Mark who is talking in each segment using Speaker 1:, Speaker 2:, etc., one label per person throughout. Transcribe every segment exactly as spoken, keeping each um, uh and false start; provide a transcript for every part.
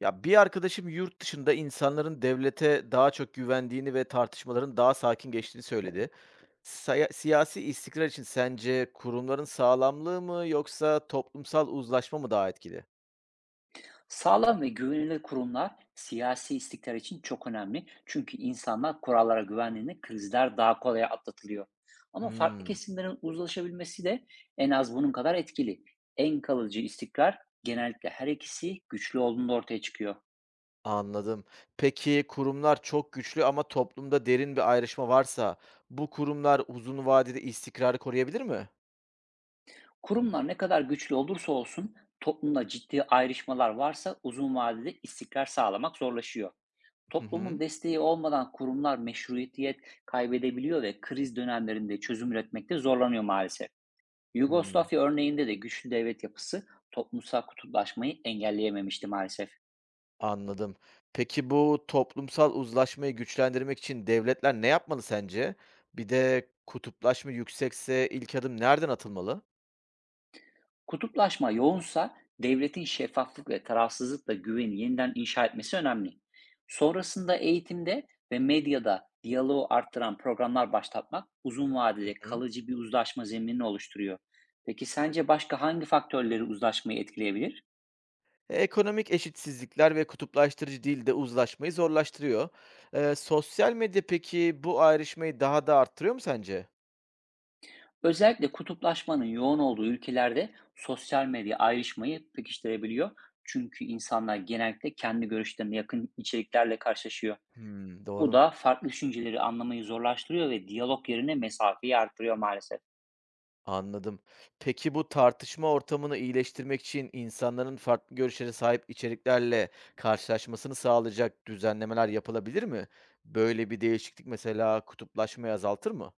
Speaker 1: Ya, bir arkadaşım yurt dışında insanların devlete daha çok güvendiğini ve tartışmaların daha sakin geçtiğini söyledi. Saya siyasi istikrar için sence kurumların sağlamlığı mı yoksa toplumsal uzlaşma mı daha etkili?
Speaker 2: Sağlam ve güvenilir kurumlar siyasi istikrar için çok önemli. Çünkü insanlar kurallara güvendiğinde krizler daha kolay atlatılıyor. Ama farklı
Speaker 1: Hımm,
Speaker 2: kesimlerin uzlaşabilmesi de en az bunun kadar etkili. En kalıcı istikrar genellikle her ikisi güçlü olduğunda ortaya çıkıyor.
Speaker 1: anladım. Peki kurumlar çok güçlü ama toplumda derin bir ayrışma varsa bu kurumlar uzun vadede istikrarı koruyabilir mi?
Speaker 2: Kurumlar ne kadar güçlü olursa olsun, toplumda ciddi ayrışmalar varsa uzun vadede istikrar sağlamak zorlaşıyor.
Speaker 1: Hı
Speaker 2: Toplumun
Speaker 1: hı.
Speaker 2: desteği olmadan kurumlar meşruiyet kaybedebiliyor ve kriz dönemlerinde çözüm üretmekte zorlanıyor maalesef.
Speaker 1: Hımm.
Speaker 2: Yugoslavya örneğinde de güçlü devlet yapısı toplumsal kutuplaşmayı engelleyememişti maalesef.
Speaker 1: Anladım. Peki bu toplumsal uzlaşmayı güçlendirmek için devletler ne yapmalı sence? Bir de kutuplaşma yüksekse ilk adım nereden atılmalı?
Speaker 2: Kutuplaşma yoğunsa, devletin şeffaflık ve tarafsızlıkla güveni yeniden inşa etmesi önemli. Sonrasında eğitimde ve medyada diyaloğu arttıran programlar başlatmak uzun
Speaker 1: Hı
Speaker 2: vadede
Speaker 1: hı.
Speaker 2: kalıcı bir uzlaşma zeminini oluşturuyor. Peki sence başka hangi faktörleri uzlaşmayı etkileyebilir?
Speaker 1: E, Ekonomik eşitsizlikler ve kutuplaştırıcı dil de uzlaşmayı zorlaştırıyor. E, sosyal medya peki bu ayrışmayı daha da arttırıyor mu sence?
Speaker 2: Özellikle kutuplaşmanın yoğun olduğu ülkelerde sosyal medya ayrışmayı pekiştirebiliyor. Çünkü insanlar genellikle kendi görüşlerine yakın içeriklerle karşılaşıyor.
Speaker 1: Hmm,
Speaker 2: Bu
Speaker 1: doğru.
Speaker 2: da farklı düşünceleri anlamayı zorlaştırıyor ve diyalog yerine mesafeyi artırıyor maalesef.
Speaker 1: Anladım. Peki bu tartışma ortamını iyileştirmek için insanların farklı görüşlere sahip içeriklerle karşılaşmasını sağlayacak düzenlemeler yapılabilir mi? Böyle bir değişiklik mesela kutuplaşmayı azaltır mı?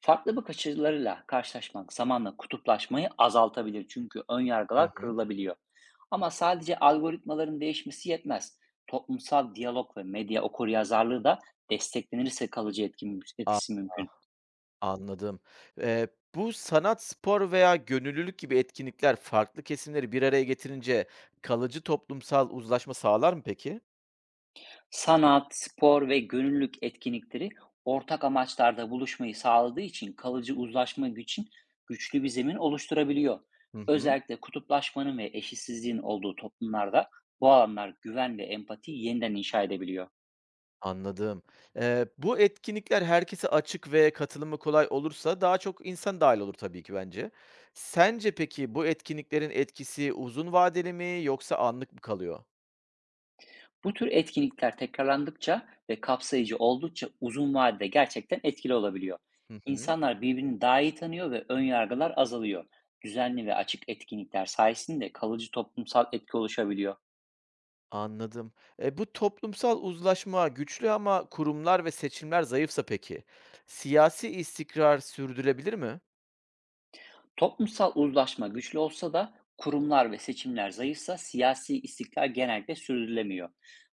Speaker 2: Farklı bakış açılarıyla karşılaşmak zamanla kutuplaşmayı azaltabilir, çünkü ön
Speaker 1: Hı
Speaker 2: yargılar
Speaker 1: hı.
Speaker 2: kırılabiliyor. Ama sadece algoritmaların değişmesi yetmez. Toplumsal diyalog ve medya okuryazarlığı da desteklenirse kalıcı etkin-
Speaker 1: A
Speaker 2: etkisi mümkün.
Speaker 1: anladım. Eee, bu sanat, spor veya gönüllülük gibi etkinlikler farklı kesimleri bir araya getirince kalıcı toplumsal uzlaşma sağlar mı peki?
Speaker 2: Sanat, spor ve gönüllülük etkinlikleri ortak amaçlarda buluşmayı sağladığı için kalıcı uzlaşma için güçlü bir zemin oluşturabiliyor.
Speaker 1: Hı hı.
Speaker 2: Özellikle kutuplaşmanın ve eşitsizliğin olduğu toplumlarda bu alanlar güven ve empatiyi yeniden inşa edebiliyor.
Speaker 1: Anladım. Eee, bu etkinlikler herkese açık ve katılımı kolay olursa daha çok insan dahil olur tabii ki bence. Sence peki bu etkinliklerin etkisi uzun vadeli mi yoksa anlık mı kalıyor?
Speaker 2: Bu tür etkinlikler tekrarlandıkça ve kapsayıcı oldukça uzun vadede gerçekten etkili olabiliyor.
Speaker 1: Hı hı.
Speaker 2: İnsanlar birbirini daha iyi tanıyor ve ön yargılar azalıyor. Düzenli ve açık etkinlikler sayesinde kalıcı toplumsal etki oluşabiliyor.
Speaker 1: Anladım. E, bu toplumsal uzlaşma güçlü ama kurumlar ve seçimler zayıfsa peki? Siyasi istikrar sürdürebilir mi?
Speaker 2: Toplumsal uzlaşma güçlü olsa da kurumlar ve seçimler zayıfsa siyasi istiklal genellikle sürdürülemiyor.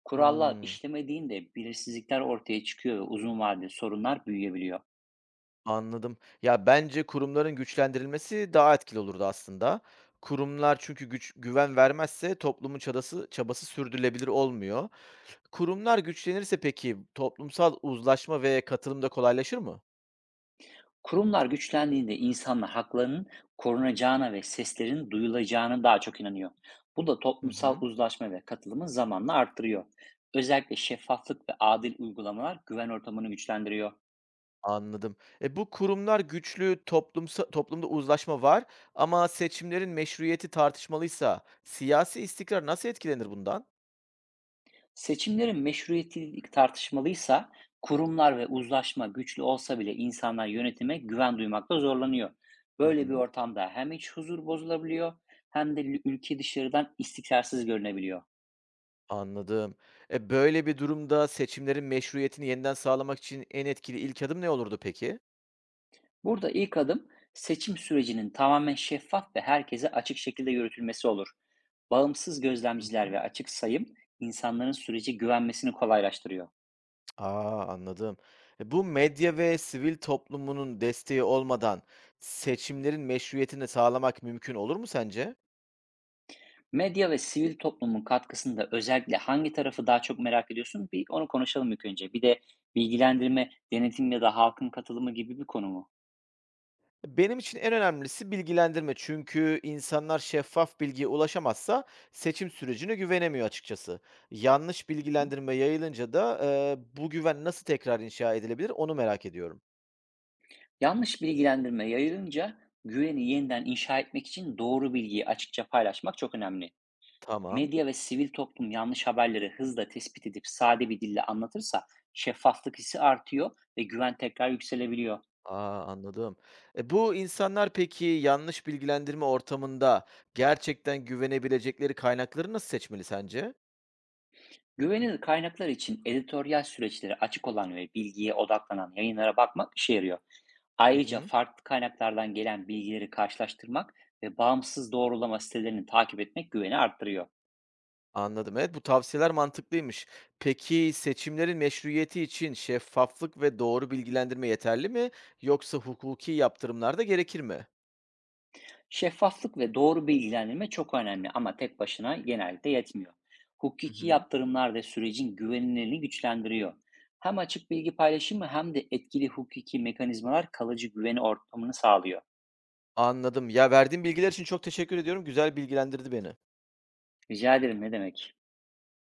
Speaker 2: Kurallar
Speaker 1: Hımm.
Speaker 2: işlemediğinde belirsizlikler ortaya çıkıyor ve uzun vadeli sorunlar büyüyebiliyor.
Speaker 1: Anladım. Ya, bence kurumların güçlendirilmesi daha etkili olurdu aslında. Kurumlar çünkü güç güven vermezse toplumun çabası çabası sürdürülebilir olmuyor. Kurumlar güçlenirse peki toplumsal uzlaşma ve katılım da kolaylaşır mı?
Speaker 2: Kurumlar güçlendiğinde insanlar haklarının korunacağına ve seslerin duyulacağına daha çok inanıyor. Bu da
Speaker 1: Hı
Speaker 2: toplumsal
Speaker 1: hı.
Speaker 2: uzlaşma ve katılımı zamanla arttırıyor. Özellikle şeffaflık ve adil uygulamalar güven ortamını güçlendiriyor.
Speaker 1: Anladım. E, bu kurumlar güçlü, toplumsa toplumda uzlaşma var ama seçimlerin meşruiyeti tartışmalıysa siyasi istikrar nasıl etkilenir bundan?
Speaker 2: Seçimlerin meşruiyeti tartışmalıysa, kurumlar ve uzlaşma güçlü olsa bile insanlar yönetime güven duymakta zorlanıyor.
Speaker 1: Hı
Speaker 2: Böyle bir
Speaker 1: hı.
Speaker 2: ortamda hem iç huzur bozulabiliyor, hem de lü- ülke dışarıdan istikrarsız görünebiliyor.
Speaker 1: Anladım. E, böyle bir durumda seçimlerin meşruiyetini yeniden sağlamak için en etkili ilk adım ne olurdu peki?
Speaker 2: Burada ilk adım, seçim sürecinin tamamen şeffaf ve herkese açık şekilde yürütülmesi olur. Bağımsız
Speaker 1: Hı
Speaker 2: gözlemciler
Speaker 1: hı.
Speaker 2: ve açık sayım insanların sürece güvenmesini kolaylaştırıyor.
Speaker 1: A, anladım. E, bu medya ve sivil toplumunun desteği olmadan seçimlerin meşruiyetini sağlamak mümkün olur mu sence?
Speaker 2: Medya ve sivil toplumun katkısında özellikle hangi tarafı daha çok merak ediyorsun? Bir onu konuşalım ilk önce. Bir de bilgilendirme, denetim ya da halkın katılımı gibi bir konu mu?
Speaker 1: Benim için en önemlisi bilgilendirme. Çünkü insanlar şeffaf bilgiye ulaşamazsa seçim sürecine güvenemiyor açıkçası. Yanlış
Speaker 2: Hı.
Speaker 1: bilgilendirme yayılınca da e, bu güven nasıl tekrar inşa edilebilir onu merak ediyorum.
Speaker 2: Yanlış bilgilendirme yayılınca, güveni yeniden inşa etmek için doğru bilgiyi açıkça paylaşmak çok önemli.
Speaker 1: Tamam.
Speaker 2: Medya ve sivil toplum yanlış haberleri hızla tespit edip sade bir dille anlatırsa, şeffaflık hissi artıyor ve güven tekrar yükselebiliyor.
Speaker 1: A, anladım. E, bu insanlar peki yanlış bilgilendirme ortamında gerçekten güvenebilecekleri kaynakları nasıl seçmeli sence?
Speaker 2: Güvenilir kaynaklar için editoryal süreçleri açık olan ve bilgiye odaklanan yayınlara bakmak işe yarıyor.
Speaker 1: Hı
Speaker 2: Ayrıca
Speaker 1: hı.
Speaker 2: farklı kaynaklardan gelen bilgileri karşılaştırmak ve bağımsız doğrulama sitelerini takip etmek güveni arttırıyor.
Speaker 1: Anladım. Evet, bu tavsiyeler mantıklıymış. Peki seçimlerin meşruiyeti için şeffaflık ve doğru bilgilendirme yeterli mi? Yoksa hukuki yaptırımlar da gerekir mi?
Speaker 2: Şeffaflık ve doğru bilgilendirme çok önemli, ama tek başına genellikle yetmiyor.
Speaker 1: Hı
Speaker 2: Hukuki
Speaker 1: hı.
Speaker 2: yaptırımlar da sürecin güvenilirliğini güçlendiriyor. Hem açık bilgi paylaşımı hem de etkili hukuki mekanizmalar kalıcı güveni ortamını sağlıyor.
Speaker 1: Anladım. Ya verdiğin bilgiler için çok teşekkür ediyorum. Güzel bilgilendirdi beni.
Speaker 2: Rica ederim, ne demek?